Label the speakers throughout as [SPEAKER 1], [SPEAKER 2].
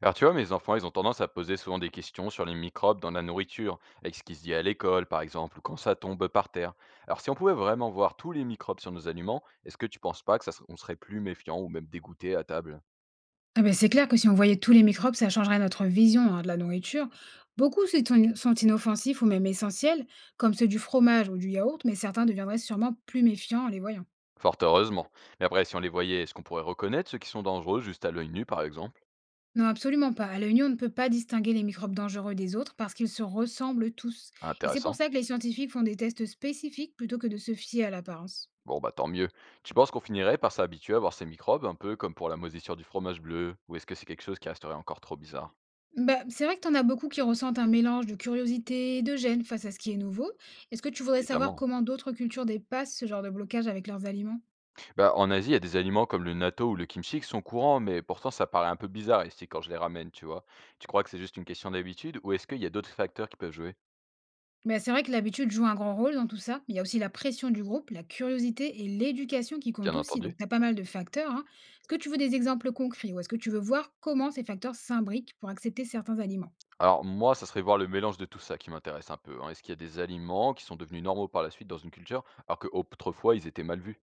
[SPEAKER 1] Alors tu vois, mes enfants, ils ont tendance à poser souvent des questions sur les microbes dans la nourriture, avec ce qui se dit à l'école par exemple, ou quand ça tombe par terre. Alors si on pouvait vraiment voir tous les microbes sur nos aliments, est-ce que tu penses pas que on serait plus méfiant ou même dégoûté à table?
[SPEAKER 2] Ah beh, c'est clair que si on voyait tous les microbes, ça changerait notre vision hein, de la nourriture. Beaucoup sont inoffensifs ou même essentiels, comme ceux du fromage ou du yaourt, mais certains deviendraient sûrement plus méfiants en les voyant.
[SPEAKER 1] Fort heureusement. Mais après, si on les voyait, est-ce qu'on pourrait reconnaître ceux qui sont dangereux juste à l'œil nu par exemple?
[SPEAKER 2] Non, absolument pas. À l'œil nu, on ne peut pas distinguer les microbes dangereux des autres parce qu'ils se ressemblent tous. Et c'est pour
[SPEAKER 1] Intéressant.
[SPEAKER 2] ça que les scientifiques font des tests spécifiques plutôt que de se fier à l'apparence.
[SPEAKER 1] Bon bah tant mieux. Tu penses qu'on finirait par s'habituer à voir ces microbes, un peu comme pour la moisissure du fromage bleu, ou est-ce que c'est quelque chose qui resterait encore trop bizarre?
[SPEAKER 2] Bah, c'est vrai que t'en as beaucoup qui ressentent un mélange de curiosité et de gêne face à ce qui est nouveau. Est-ce que tu voudrais savoir
[SPEAKER 1] Évidemment.
[SPEAKER 2] comment d'autres cultures dépassent ce genre de blocage avec leurs aliments?
[SPEAKER 1] Bah, en Asie, il y a des aliments comme le natto ou le kimchi qui sont courants, mais pourtant ça paraît un peu bizarre ici quand je les ramène, tu vois. Tu crois que c'est juste une question d'habitude ou est-ce qu'il y a d'autres facteurs qui peuvent jouer?
[SPEAKER 2] Mais c'est vrai que l'habitude joue un grand rôle dans tout ça. Il y a aussi la pression du groupe, la curiosité et l'éducation qui
[SPEAKER 1] Bien
[SPEAKER 2] comptent aussi.
[SPEAKER 1] entendu.
[SPEAKER 2] Donc, tu as pas mal de facteurs, hein. Est-ce que tu veux des exemples concrets ou est-ce que tu veux voir comment ces facteurs s'imbriquent pour accepter certains aliments?
[SPEAKER 1] Alors moi, ça serait voir le mélange de tout ça qui m'intéresse un peu, hein. Est-ce qu'il y a des aliments qui sont devenus normaux par la suite dans une culture alors qu'autrefois ils étaient mal vus?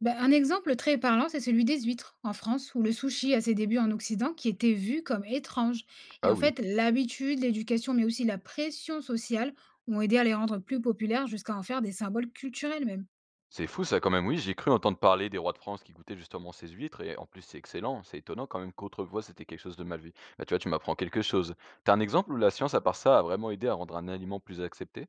[SPEAKER 2] Ben, un exemple très parlant, c'est celui des huîtres en France, où le sushi à ses débuts en Occident, qui était vu comme étrange. Et
[SPEAKER 1] Ah
[SPEAKER 2] en
[SPEAKER 1] oui.
[SPEAKER 2] fait, l'habitude, l'éducation, mais aussi la pression sociale ont aidé à les rendre plus populaires jusqu'à en faire des symboles culturels même.
[SPEAKER 1] C'est fou ça quand même, oui, j'ai cru entendre parler des rois de France qui goûtaient justement ces huîtres et en plus c'est excellent, c'est étonnant quand même qu'autrefois c'était quelque chose de mal vu. Bah tu vois, tu m'apprends quelque chose. T'as un exemple où la science à part ça a vraiment aidé à rendre un aliment plus accepté?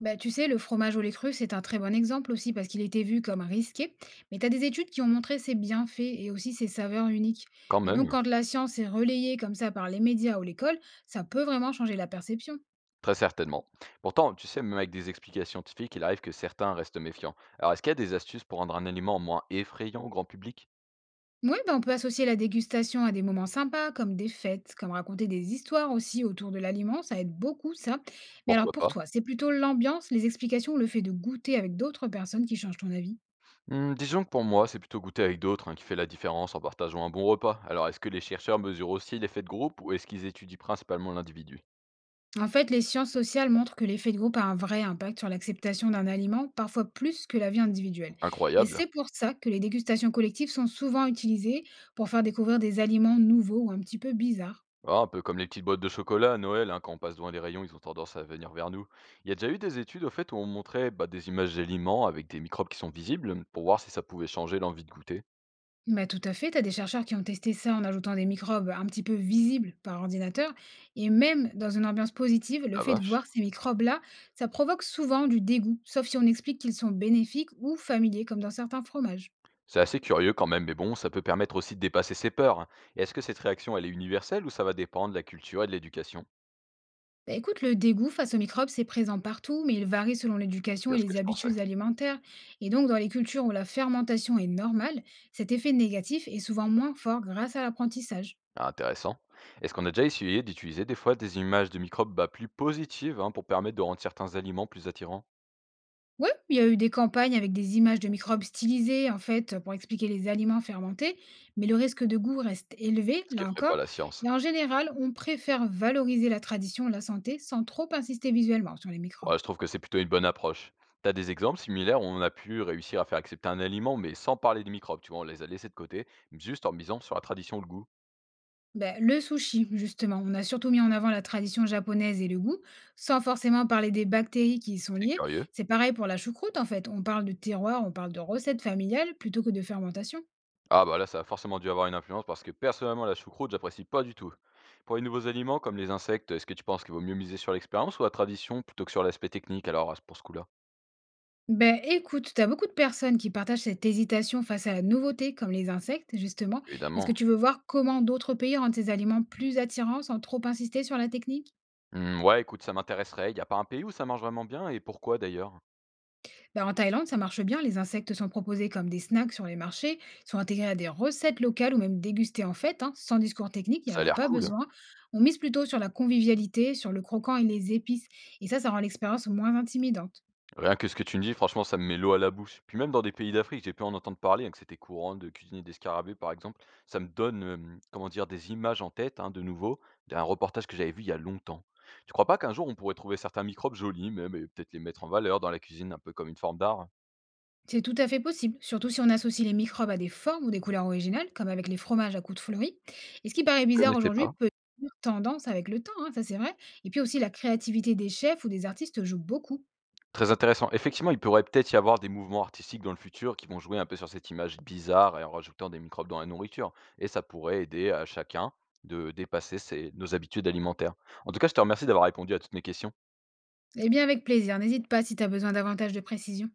[SPEAKER 2] Bah, tu sais, le fromage au lait cru, c'est un très bon exemple aussi parce qu'il était vu comme risqué. Mais tu as des études qui ont montré ses bienfaits et aussi ses saveurs uniques.
[SPEAKER 1] Quand
[SPEAKER 2] Et donc,
[SPEAKER 1] même,
[SPEAKER 2] quand la science est relayée comme ça par les médias ou l'école, ça peut vraiment changer la perception.
[SPEAKER 1] très certainement. Pourtant, tu sais, même avec des explications scientifiques, il arrive que certains restent méfiants. Alors, est-ce qu'il y a des astuces pour rendre un aliment moins effrayant au grand public?
[SPEAKER 2] Oui, bah, on peut associer la dégustation à des moments sympas, comme des fêtes, comme raconter des histoires aussi autour de l'aliment, ça aide beaucoup ça. Mais alors
[SPEAKER 1] Pourquoi
[SPEAKER 2] pour
[SPEAKER 1] pas?
[SPEAKER 2] toi, c'est plutôt l'ambiance, les explications ou le fait de goûter avec d'autres personnes qui changent ton avis?
[SPEAKER 1] Hmm, disons que pour moi, c'est plutôt goûter avec d'autres hein, qui fait la différence en partageant un bon repas. Alors, est-ce que les chercheurs mesurent aussi l'effet de groupe ou est-ce qu'ils étudient principalement l'individu?
[SPEAKER 2] En fait, les sciences sociales montrent que l'effet de groupe a un vrai impact sur l'acceptation d'un aliment, parfois plus que la vie individuelle. Et
[SPEAKER 1] Incroyable.
[SPEAKER 2] c'est pour ça que les dégustations collectives sont souvent utilisées pour faire découvrir des aliments nouveaux ou un petit peu bizarres.
[SPEAKER 1] Ah, un peu comme les petites boîtes de chocolat à Noël, hein, quand on passe devant les rayons, ils ont tendance à venir vers nous. Il y a déjà eu des études au fait où on montrait bah, des images d'aliments avec des microbes qui sont visibles pour voir si ça pouvait changer l'envie de goûter.
[SPEAKER 2] Bah, tout à fait, tu as des chercheurs qui ont testé ça en ajoutant des microbes un petit peu visibles par ordinateur. Et même dans une ambiance positive, le
[SPEAKER 1] La
[SPEAKER 2] fait de
[SPEAKER 1] vache.
[SPEAKER 2] voir ces microbes-là, ça provoque souvent du dégoût, sauf si on explique qu'ils sont bénéfiques ou familiers, comme dans certains fromages.
[SPEAKER 1] C'est assez curieux quand même, mais bon, ça peut permettre aussi de dépasser ses peurs, hein. Et est-ce que cette réaction, elle est universelle ou ça va dépendre de la culture et de l'éducation?
[SPEAKER 2] Bah, écoute, le dégoût face aux microbes, c'est présent partout, mais il varie selon l'éducation
[SPEAKER 1] Bien
[SPEAKER 2] et
[SPEAKER 1] ce que
[SPEAKER 2] les
[SPEAKER 1] je pensais.
[SPEAKER 2] habitudes alimentaires. Et donc, dans les cultures où la fermentation est normale, cet effet négatif est souvent moins fort grâce à l'apprentissage.
[SPEAKER 1] Ah, intéressant. Est-ce qu'on a déjà essayé d'utiliser des fois des images de microbes bah, plus positives hein, pour permettre de rendre certains aliments plus attirants?
[SPEAKER 2] Oui, il y a eu des campagnes avec des images de microbes stylisées, en fait, pour expliquer les aliments fermentés, mais le risque de goût reste élevé,
[SPEAKER 1] Ce qui
[SPEAKER 2] là
[SPEAKER 1] ferait pas
[SPEAKER 2] encore.
[SPEAKER 1] la science.
[SPEAKER 2] Et en général, on préfère valoriser la tradition, la santé, sans trop insister visuellement sur les microbes.
[SPEAKER 1] Ouais, je trouve que c'est plutôt une bonne approche. T'as des exemples similaires où on a pu réussir à faire accepter un aliment, mais sans parler des microbes, tu vois, on les a laissés de côté, juste en misant sur la tradition ou le goût.
[SPEAKER 2] Bah, le sushi, justement. On a surtout mis en avant la tradition japonaise et le goût, sans forcément parler des bactéries qui y sont
[SPEAKER 1] C'est
[SPEAKER 2] liées.
[SPEAKER 1] curieux.
[SPEAKER 2] C'est pareil pour la choucroute, en fait. On parle de terroir, on parle de recettes familiales plutôt que de fermentation.
[SPEAKER 1] Ah bah là, ça a forcément dû avoir une influence parce que personnellement, la choucroute, j'apprécie pas du tout. Pour les nouveaux aliments comme les insectes, est-ce que tu penses qu'il vaut mieux miser sur l'expérience ou la tradition plutôt que sur l'aspect technique alors pour ce coup-là?
[SPEAKER 2] Ben écoute, t'as beaucoup de personnes qui partagent cette hésitation face à la nouveauté, comme les insectes, justement. Est-ce
[SPEAKER 1] Évidemment.
[SPEAKER 2] que tu veux voir comment d'autres pays rendent ces aliments plus attirants sans trop insister sur la technique?
[SPEAKER 1] Hmm, ouais, écoute, ça m'intéresserait. Il a pas un pays où ça marche vraiment bien et pourquoi d'ailleurs?
[SPEAKER 2] Bah, en Thaïlande, ça marche bien. Les insectes sont proposés comme des snacks sur les marchés, sont intégrés à des recettes locales ou même dégustés en fête, hein. Sans discours technique, il n'y
[SPEAKER 1] Ça
[SPEAKER 2] en
[SPEAKER 1] a
[SPEAKER 2] a
[SPEAKER 1] l'air
[SPEAKER 2] pas
[SPEAKER 1] cool.
[SPEAKER 2] besoin. On mise plutôt sur la convivialité, sur le croquant et les épices. Et ça rend l'expérience moins intimidante.
[SPEAKER 1] Rien que ce que tu me dis, franchement, ça me met l'eau à la bouche. Puis même dans des pays d'Afrique, j'ai pu en entendre parler, hein, que c'était courant de cuisiner des scarabées, par exemple. Ça me donne, comment dire, des images en tête, hein, de nouveau, d'un reportage que j'avais vu il y a longtemps. Tu crois pas qu'un jour on pourrait trouver certains microbes jolis même et peut-être les mettre en valeur dans la cuisine, un peu comme une forme d'art, hein?
[SPEAKER 2] C'est tout à fait possible, surtout si on associe les microbes à des formes ou des couleurs originales, comme avec les fromages à coups de fleuris. Et ce qui paraît
[SPEAKER 1] Je
[SPEAKER 2] bizarre
[SPEAKER 1] connaissais
[SPEAKER 2] aujourd'hui
[SPEAKER 1] pas.
[SPEAKER 2] peut devenir tendance avec le temps, hein, ça c'est vrai. Et puis aussi, la créativité des chefs ou des artistes joue beaucoup.
[SPEAKER 1] Très intéressant. Effectivement, il pourrait peut-être y avoir des mouvements artistiques dans le futur qui vont jouer un peu sur cette image bizarre et en rajoutant des microbes dans la nourriture. Et ça pourrait aider à chacun de dépasser nos habitudes alimentaires. En tout cas, je te remercie d'avoir répondu à toutes mes questions.
[SPEAKER 2] Eh bien, avec plaisir. N'hésite pas si tu as besoin davantage de précision.